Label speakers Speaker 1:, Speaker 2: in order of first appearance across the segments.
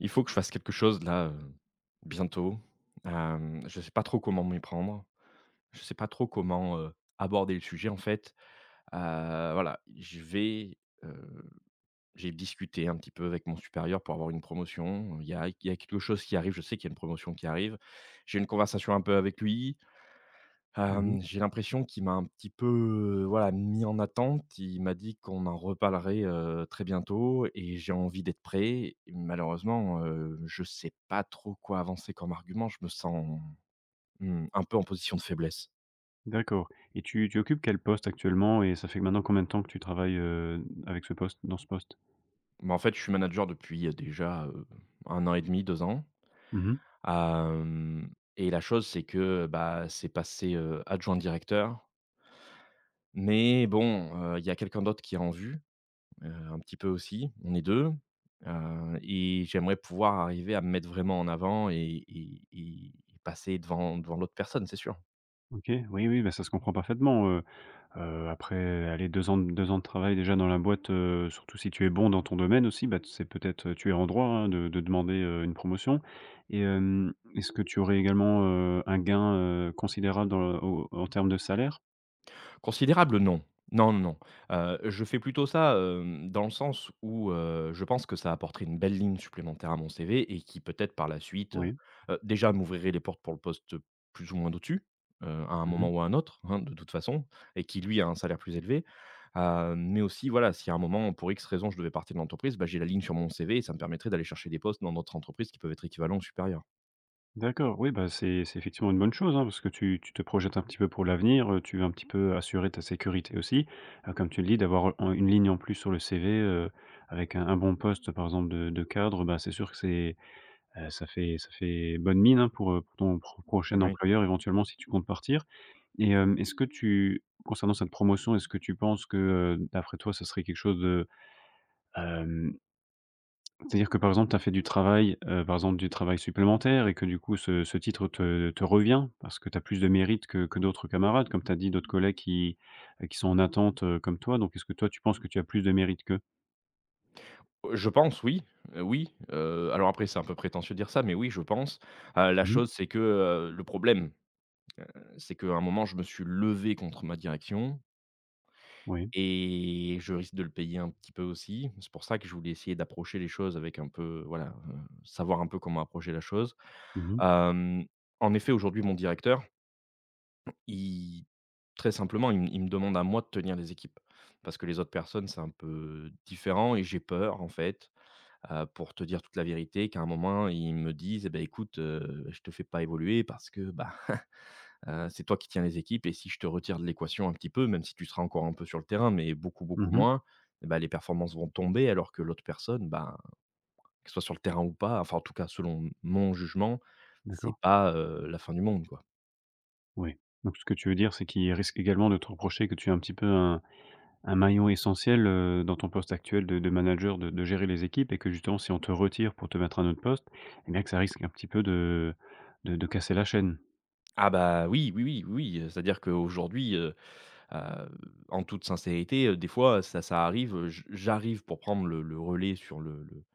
Speaker 1: Il faut que je fasse quelque chose là, bientôt. Je sais pas trop comment m'y prendre. Je sais pas trop comment, aborder le sujet en fait. Heu, voilà, heu, j'ai discuté un petit peu avec mon supérieur pour avoir une promotion. Il y a quelque chose qui arrive, je sais qu'il y a une promotion qui arrive. J'ai une conversation un peu avec lui.
Speaker 2: Mmh.
Speaker 1: J'ai l'impression qu'il m'a un petit peu, voilà, mis en attente. Il m'a dit qu'on en reparlerait, très bientôt, et j'ai envie d'être prêt. Et malheureusement, je sais pas trop quoi avancer comme argument. Je me sens, mmh, un peu en position de faiblesse.
Speaker 2: D'accord, et tu occupes quel poste actuellement, et ça fait maintenant combien de temps que tu travailles, avec ce poste dans ce poste?
Speaker 1: Mais en fait, je suis manager depuis, déjà, 1 an et demi, 2 ans.
Speaker 2: Mmh.
Speaker 1: Hem Et la chose, c'est que, bah, c'est passé, adjoint directeur. Mais bon, il y a quelqu'un d'autre qui est en vue, un petit peu aussi. On est 2, et j'aimerais pouvoir arriver à me mettre vraiment en avant et passer devant l'autre personne, c'est sûr.
Speaker 2: OK, oui, oui, bah, ça se comprend parfaitement. Après, allez, 2 ans de 2 ans de travail déjà dans la boîte, surtout si tu es bon dans ton domaine aussi, bah, c'est peut-être, tu es en droit, hein, de demander une promotion. Et est-ce que tu aurais également, un gain considérable dans le au en termes de salaire?
Speaker 1: Considérable, non. Non, non, non. Je fais plutôt ça, dans le sens où, je pense que ça apporterait une belle ligne supplémentaire à mon CV, et qui peut-être par la suite,
Speaker 2: Oui.
Speaker 1: déjà m'ouvrirait les portes pour le poste plus ou moins d'au-dessus, à un
Speaker 2: Mmh.
Speaker 1: moment ou à un autre, hein, de toute façon, et qui lui a un salaire plus élevé. Mais aussi voilà, si à un moment pour X raison je devais partir de l'entreprise, bah, j'ai la ligne sur mon CV, et ça me permettrait d'aller chercher des postes dans d'autres entreprises qui peuvent être équivalents ou supérieurs.
Speaker 2: D'accord, oui, bah, c'est effectivement une bonne chose, hein, parce que tu te projettes un petit peu pour l'avenir, tu veux un petit peu assurer ta sécurité aussi. Comme tu le dis, d'avoir en une ligne en plus sur le CV, avec un bon poste, par exemple, de cadre, bah, c'est sûr que c'est, ça fait bonne mine, hein, pour ton prochain
Speaker 1: Oui.
Speaker 2: employeur, éventuellement, si tu comptes partir. Et est-ce que tu concernant cette promotion, est-ce que tu penses que, d'après toi, ça serait quelque chose de, c'est-à-dire que, par exemple, tu as fait du travail, par exemple, du travail supplémentaire et que, du coup, ce titre te revient parce que tu as plus de mérite que d'autres camarades, comme tu as dit, d'autres collègues qui sont en attente, comme toi. Donc est-ce que toi, tu penses que tu as plus de mérite qu'eux?
Speaker 1: Je pense oui, oui, alors après c'est un peu prétentieux de dire ça, mais oui je pense. La
Speaker 2: Mmh.
Speaker 1: chose c'est que, le problème, c'est qu'à un moment je me suis levé contre ma direction,
Speaker 2: Oui.
Speaker 1: et je risque de le payer un petit peu aussi. C'est pour ça que je voulais essayer d'approcher les choses avec un peu, voilà, savoir un peu comment approcher la chose.
Speaker 2: Mmh mh.
Speaker 1: Hem, En effet aujourd'hui mon directeur, il très simplement il me demande à moi de tenir les équipes. Parce que les autres personnes c'est un peu différent et j'ai peur en fait, pour te dire toute la vérité, qu'à un moment, ils me disent: «Eh beh, écoute, je te fais pas évoluer parce que, bah, c'est toi qui tiens les équipes et si je te retire de l'équation un petit peu, même si tu seras encore un peu sur le terrain, mais beaucoup, beaucoup
Speaker 2: Mmh.
Speaker 1: moins, eh bah, les performances vont tomber alors que l'autre personne, ben, qu'elle soit sur le terrain ou pas, enfin, en tout cas, selon mon jugement, c'est
Speaker 2: D'accord.
Speaker 1: pas, la fin du monde, quoi».
Speaker 2: Oui. Donc ce que tu veux dire, c'est qu'il risque également de te reprocher que tu es un petit peu un maillon essentiel, dans ton poste actuel de manager, de gérer les équipes, et que, justement, si on te retire pour te mettre à un autre poste, eh bien, que ça risque un petit peu de casser la chaîne.
Speaker 1: Ah bah, oui, oui, oui, oui, oui, c'est-à-dire qu'aujourd'hui, Heu, en toute sincérité, des fois, ça arrive, j'arrive pour prendre le relais sur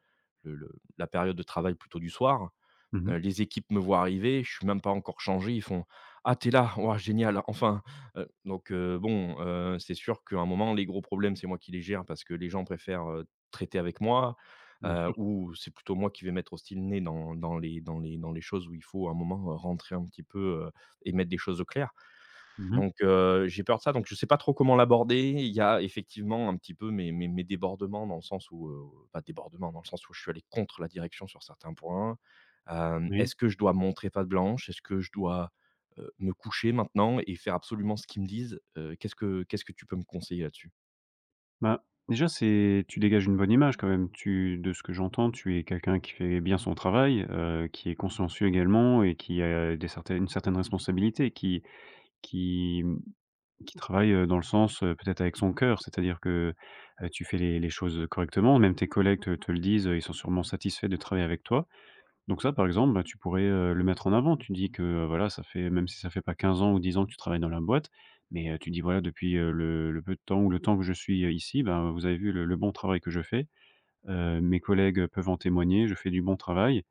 Speaker 1: le la période de travail plutôt du soir.
Speaker 2: Mmh.
Speaker 1: Les équipes me voient arriver, je suis même pas encore changé, ils font: «Ah t'es là? Waouh génial, enfin!» Donc bon, c'est sûr qu'à un moment, les gros problèmes, c'est moi qui les gère parce que les gens préfèrent, traiter avec moi,
Speaker 2: Bien sûr.
Speaker 1: ou c'est plutôt moi qui vais mettre aussi le nez dans les choses où il faut à un moment, rentrer un petit peu, et mettre des choses au clair.
Speaker 2: Mmh mh.
Speaker 1: Donc j'ai peur de ça, donc je sais pas trop comment l'aborder. Il y a effectivement un petit peu mes débordements, dans le sens où, pas débordements, dans le sens où je suis allé contre la direction sur certains points.
Speaker 2: Oui.
Speaker 1: Est-ce que je dois montrer patte blanche? Est-ce que je dois, me coucher maintenant et faire absolument ce qu'ils me disent? Qu'est-ce que tu peux me conseiller là-dessus?
Speaker 2: Bah, déjà, c'est tu dégages une bonne image quand même. Tu De ce que j'entends, tu es quelqu'un qui fait bien son travail, qui est consciencieux également et qui a des certaines une certaine responsabilité, qui qui, mmh, qui travaille, dans le sens, peut-être avec son cœur. C'est-à-dire que, tu fais les choses correctement. Même tes collègues te le disent, ils sont sûrement satisfaits de travailler avec toi. Donc ça, par exemple, bah, tu pourrais, le mettre en avant. Tu dis que, voilà, ça fait, même si ça fait pas 15 ans ou 10 ans que tu travailles dans la boîte, mais, tu dis: «Voilà, depuis, le peu de temps ou le temps que je suis, ici, ben, vous avez vu le bon travail que je fais. Mes collègues peuvent en témoigner, je fais du bon travail,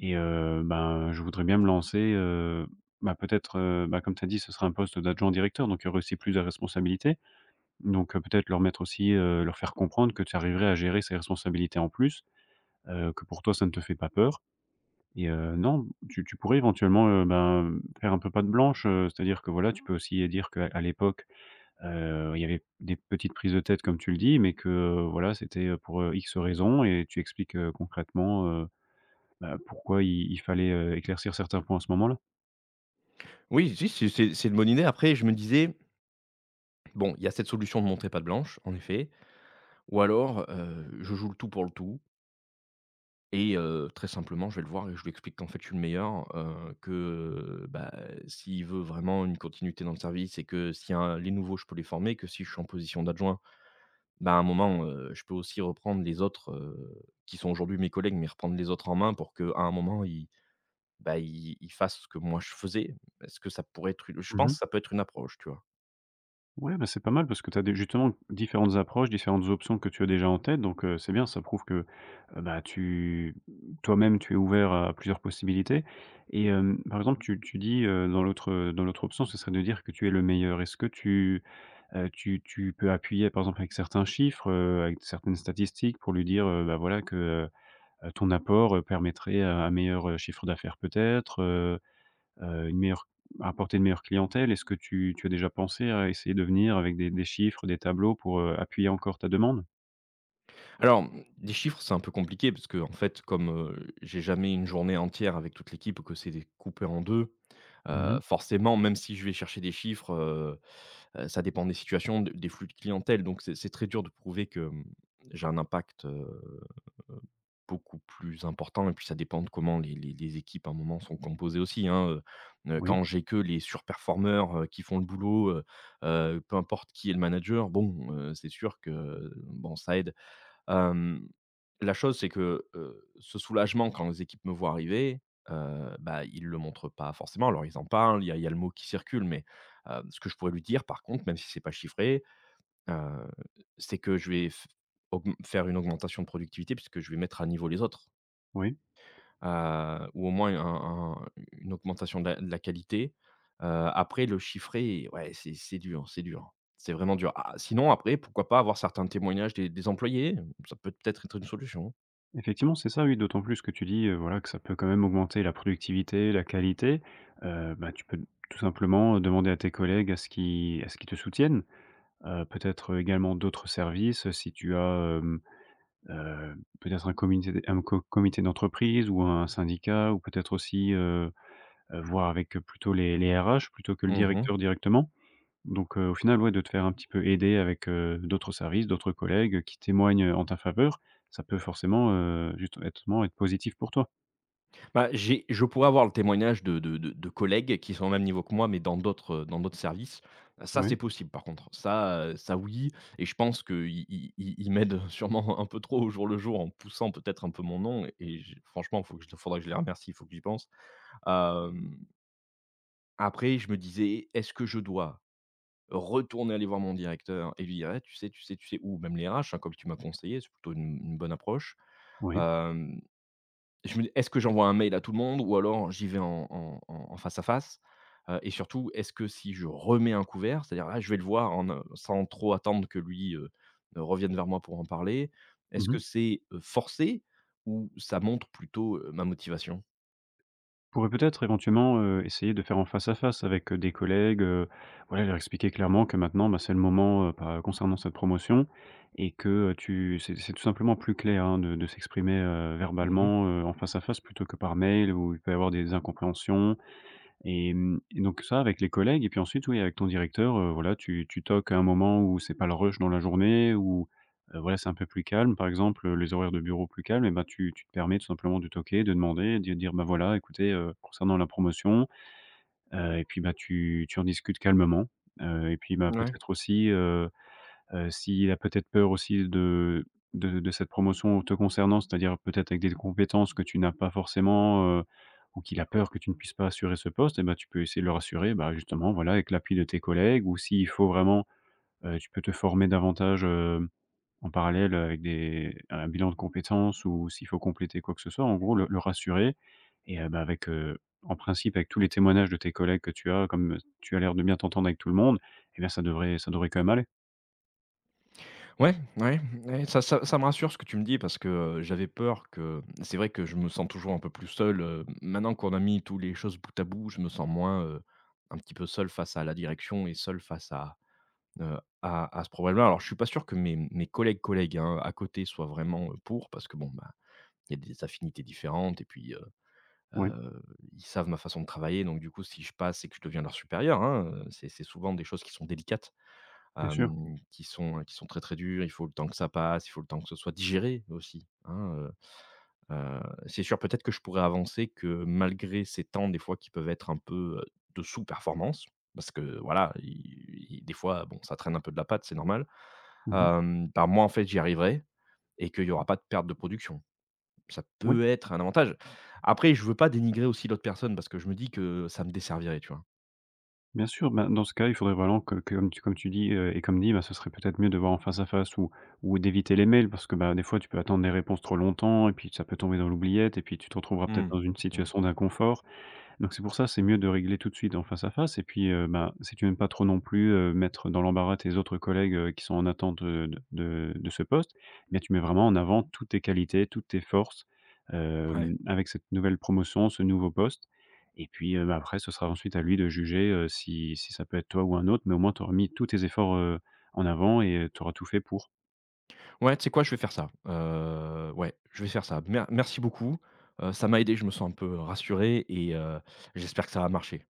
Speaker 2: et ben, je voudrais bien me lancer, bah, peut-être, bah, comme tu as dit, ce sera un poste d'adjoint directeur, donc il y aurait aussi plus de responsabilités. Donc, peut-être leur mettre aussi, leur faire comprendre que tu arriverais à gérer ces responsabilités en plus, que pour toi ça ne te fait pas peur. Et non, tu pourrais éventuellement, ben, faire un peu patte blanche, c'est-à-dire que voilà, tu peux aussi dire qu'à l'époque, il y avait des petites prises de tête comme tu le dis, mais que, voilà, c'était pour, X raisons, et tu expliques, concrètement, bah, pourquoi il fallait, éclaircir certains points à ce moment-là.
Speaker 1: Oui, si, c'est une bonne idée. Après, je me disais: «Bon, il y a cette solution de montrer patte blanche, en effet, ou alors, je joue le tout pour le tout. Et très simplement, je vais le voir et je lui explique qu'en fait, je suis le meilleur, que, bah, s'il veut vraiment une continuité dans le service, et que s'il y a un les nouveaux, je peux les former, que si je suis en position d'adjoint, bah, à un moment, je peux aussi reprendre les autres, qui sont aujourd'hui mes collègues, mais reprendre les autres en main pour qu'à un moment, ils, bah, ils fassent ce que moi je faisais. Est-ce que ça pourrait être une Je pense
Speaker 2: Mmh.
Speaker 1: que ça peut être une approche, tu vois?
Speaker 2: Ouais, bah, c'est pas mal parce que tu as des, justement, différentes approches, différentes options que tu as déjà en tête, donc c'est bien, ça prouve que, bah, tu toi-même, tu es ouvert à plusieurs possibilités. Et par exemple, tu dis, dans l'autre option, ce serait de dire que tu es le meilleur. Est-ce que tu peux appuyer, par exemple, avec certains chiffres, avec certaines statistiques pour lui dire, bah, voilà, que ton apport, permettrait un meilleur, chiffre d'affaires peut-être, une meilleure, à apporter une meilleure clientèle? Est-ce que tu as déjà pensé à essayer de venir avec des chiffres, des tableaux pour, appuyer encore ta demande?
Speaker 1: Alors, des chiffres, c'est un peu compliqué parce que en fait, comme, j'ai jamais une journée entière avec toute l'équipe, que c'est coupé en 2.
Speaker 2: Mmh.
Speaker 1: Forcément, même si je vais chercher des chiffres, ça dépend des situations, de des flux de clientèle, donc c'est très dur de prouver que, j'ai un impact, beaucoup plus important, et puis ça dépend de comment les équipes, à un moment, sont composées aussi, hein,
Speaker 2: Oui,
Speaker 1: quand j'ai que les surperformeurs, qui font le boulot, peu importe qui est le manager, bon, c'est sûr que, bon, ça aide. Hem, la chose, c'est que, ce soulagement quand les équipes me voient arriver, bah, ils ne le montrent pas forcément. Alors ils en parlent, il y a le mot qui circule, mais, ce que je pourrais lui dire par contre, même si c'est pas chiffré, heu, c'est que je vais f augmen faire une augmentation de productivité puisque je vais mettre à niveau les autres,
Speaker 2: oui.
Speaker 1: ou au moins un une augmentation de la qualité. Heu, Après le chiffré, ouais, c'est dur, c'est dur. C'est vraiment dur. Ah, sinon après, pourquoi pas avoir certains témoignages des employés? Ça peut peut-être être une solution.
Speaker 2: Effectivement, c'est ça, oui, d'autant plus que tu dis, voilà, que ça peut quand même augmenter la productivité, la qualité. Bah, tu peux tout simplement, demander à tes collègues à ce qu'ils te soutiennent. Peut-être également d'autres services, si tu as, heu, peut-être un comité, un co comité d'entreprise ou un syndicat, ou peut-être aussi, voir avec, plutôt les RH plutôt que le
Speaker 1: Mmh mh.
Speaker 2: directeur directement. Donc, au final, ouais, de te faire un petit peu aider avec, d'autres services, d'autres collègues qui témoignent en ta faveur, ça peut forcément, juste être positif pour toi.
Speaker 1: Bah, j'ai je pourrais avoir le témoignage de collègues qui sont au même niveau que moi, mais dans d'autres services. Ça,
Speaker 2: Oui,
Speaker 1: c'est possible par contre. Ça, ça oui, et je pense qu'ils ils ils ils m'aident sûrement un peu trop au jour le jour en poussant peut-être un peu mon nom, et je franchement, faut que je faudrait que je les remercie, il faut que j'y pense. Hem, Après je me disais: «Est-ce que je dois retourner aller voir mon directeur et lui dire: "Eh, tu sais, tu sais, tu sais» ou même les RH, hein, comme tu m'as conseillé, c'est plutôt une bonne approche.
Speaker 2: oui.
Speaker 1: Hem Je me dis: «Est-ce que j'envoie un mail à tout le monde ou alors j'y vais en en en en face à face?» Et surtout, est-ce que si je remets un couvert, c'est-à-dire là, je vais le voir en, sans trop attendre que lui, revienne vers moi pour en parler, est-ce
Speaker 2: Mmh
Speaker 1: que
Speaker 2: mh.
Speaker 1: c'est, forcé, ou ça montre plutôt, ma motivation?
Speaker 2: Pourrais peut-être éventuellement, essayer de faire en face à face avec, des collègues, voilà, leur expliquer clairement que maintenant, bah, c'est le moment, bah, concernant cette promotion, et que, tu c'est tout simplement plus clair, hein, de s'exprimer,
Speaker 1: Mmh.
Speaker 2: verbalement, en face à face plutôt que par mail où il peut y avoir des incompréhensions. Et donc ça avec les collègues, et puis ensuite, oui, avec ton directeur, voilà, tu toques à un moment où c'est pas le rush dans la journée, où, voilà, c'est un peu plus calme, par exemple, les horaires de bureau plus calmes, et ben, tu te permets tout simplement de toquer, de demander, de dire: «Bah, voilà, écoutez, concernant la promotion», et puis, bah, tu tu en discutes calmement, et puis, bah,
Speaker 1: Ouais.
Speaker 2: peut-être aussi, s'il a peut-être peur aussi de de cette promotion te concernant, c'est-à-dire peut-être avec des compétences que tu n'as pas forcément, ou qu'il a peur que tu ne puisses pas assurer ce poste, eh bah, tu peux essayer de le rassurer, bah, justement, voilà, avec l'appui de tes collègues, ou s'il faut vraiment, tu peux te former davantage, en parallèle, avec des un bilan de compétences, ou s'il faut compléter quoi que ce soit, en gros le rassurer. Et bah, avec, en principe, avec tous les témoignages de tes collègues que tu as, comme tu as l'air de bien t'entendre avec tout le monde, eh bien ça devrait quand même aller.
Speaker 1: Ouais, ouais, ouais, ça me rassure ce que tu me dis parce que, j'avais peur que c'est vrai que je me sens toujours un peu plus seul, maintenant qu'on a mis toutes les choses bout à bout, je me sens moins, un petit peu seul face à la direction, et seul face à ce problème-là. Alors je suis pas sûr que mes collègues, hein, à côté soient vraiment, pour, parce que bon, bah, il y a des affinités différentes, et puis,
Speaker 2: Oui,
Speaker 1: heu, ils savent ma façon de travailler, donc du coup si je passe et que je deviens leur supérieur, hein, c'est souvent des choses qui sont délicates,
Speaker 2: bien sûr.
Speaker 1: qui sont très, très dures. Il faut le temps que ça passe, il faut le temps que ce soit digéré aussi, hein, heu, c'est sûr peut-être que je pourrais avancer que malgré ces temps des fois qui peuvent être un peu, de sous-performance, parce que voilà, i i des fois, bon, ça traîne un peu de la patte, c'est normal.
Speaker 2: Mmh mh.
Speaker 1: Bah, moi, en fait, j'y arriverai, et qu'il y aura pas de perte de production. Ça
Speaker 2: Oui,
Speaker 1: peut être un avantage. Après, je veux pas dénigrer aussi l'autre personne parce que je me dis que ça me desservirait, tu vois?
Speaker 2: bien sûr. Ben, dans ce cas, il faudrait vraiment que, comme tu dis, et comme dit, ben, ce serait peut-être mieux de voir en face à face, ou d'éviter les mails parce que, bah, des fois, tu peux attendre des réponses trop longtemps et puis ça peut tomber dans l'oubliette et puis tu te retrouveras peut-être
Speaker 1: Mmh.
Speaker 2: dans une
Speaker 1: Mmh.
Speaker 2: situation d'inconfort. Donc c'est pour ça, c'est mieux de régler tout de suite en face à face, et puis, bah, si tu aimes pas trop non plus, mettre dans l'embarras tes autres collègues, qui sont en attente, de de ce poste, mais tu mets vraiment en avant toutes tes qualités, toutes tes forces,
Speaker 1: Ouais.
Speaker 2: avec cette nouvelle promotion, ce nouveau poste, et puis, bah, après ce sera ensuite à lui de juger, si si ça peut être toi ou un autre, mais au moins tu auras mis tous tes efforts, en avant, et tu auras tout fait pour.
Speaker 1: Ouais, tu sais quoi? Je vais faire ça. Ouais, je vais faire ça. Merci beaucoup. Ça m'a aidé, je me sens un peu rassuré, et j'espère que ça va marcher.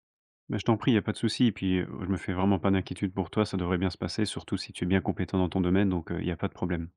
Speaker 2: Bah, je t'en prie, il y a pas de souci, et puis, je me fais vraiment pas d'inquiétude pour toi, ça devrait bien se passer, surtout si tu es bien compétent dans ton domaine, donc il y a pas de problème.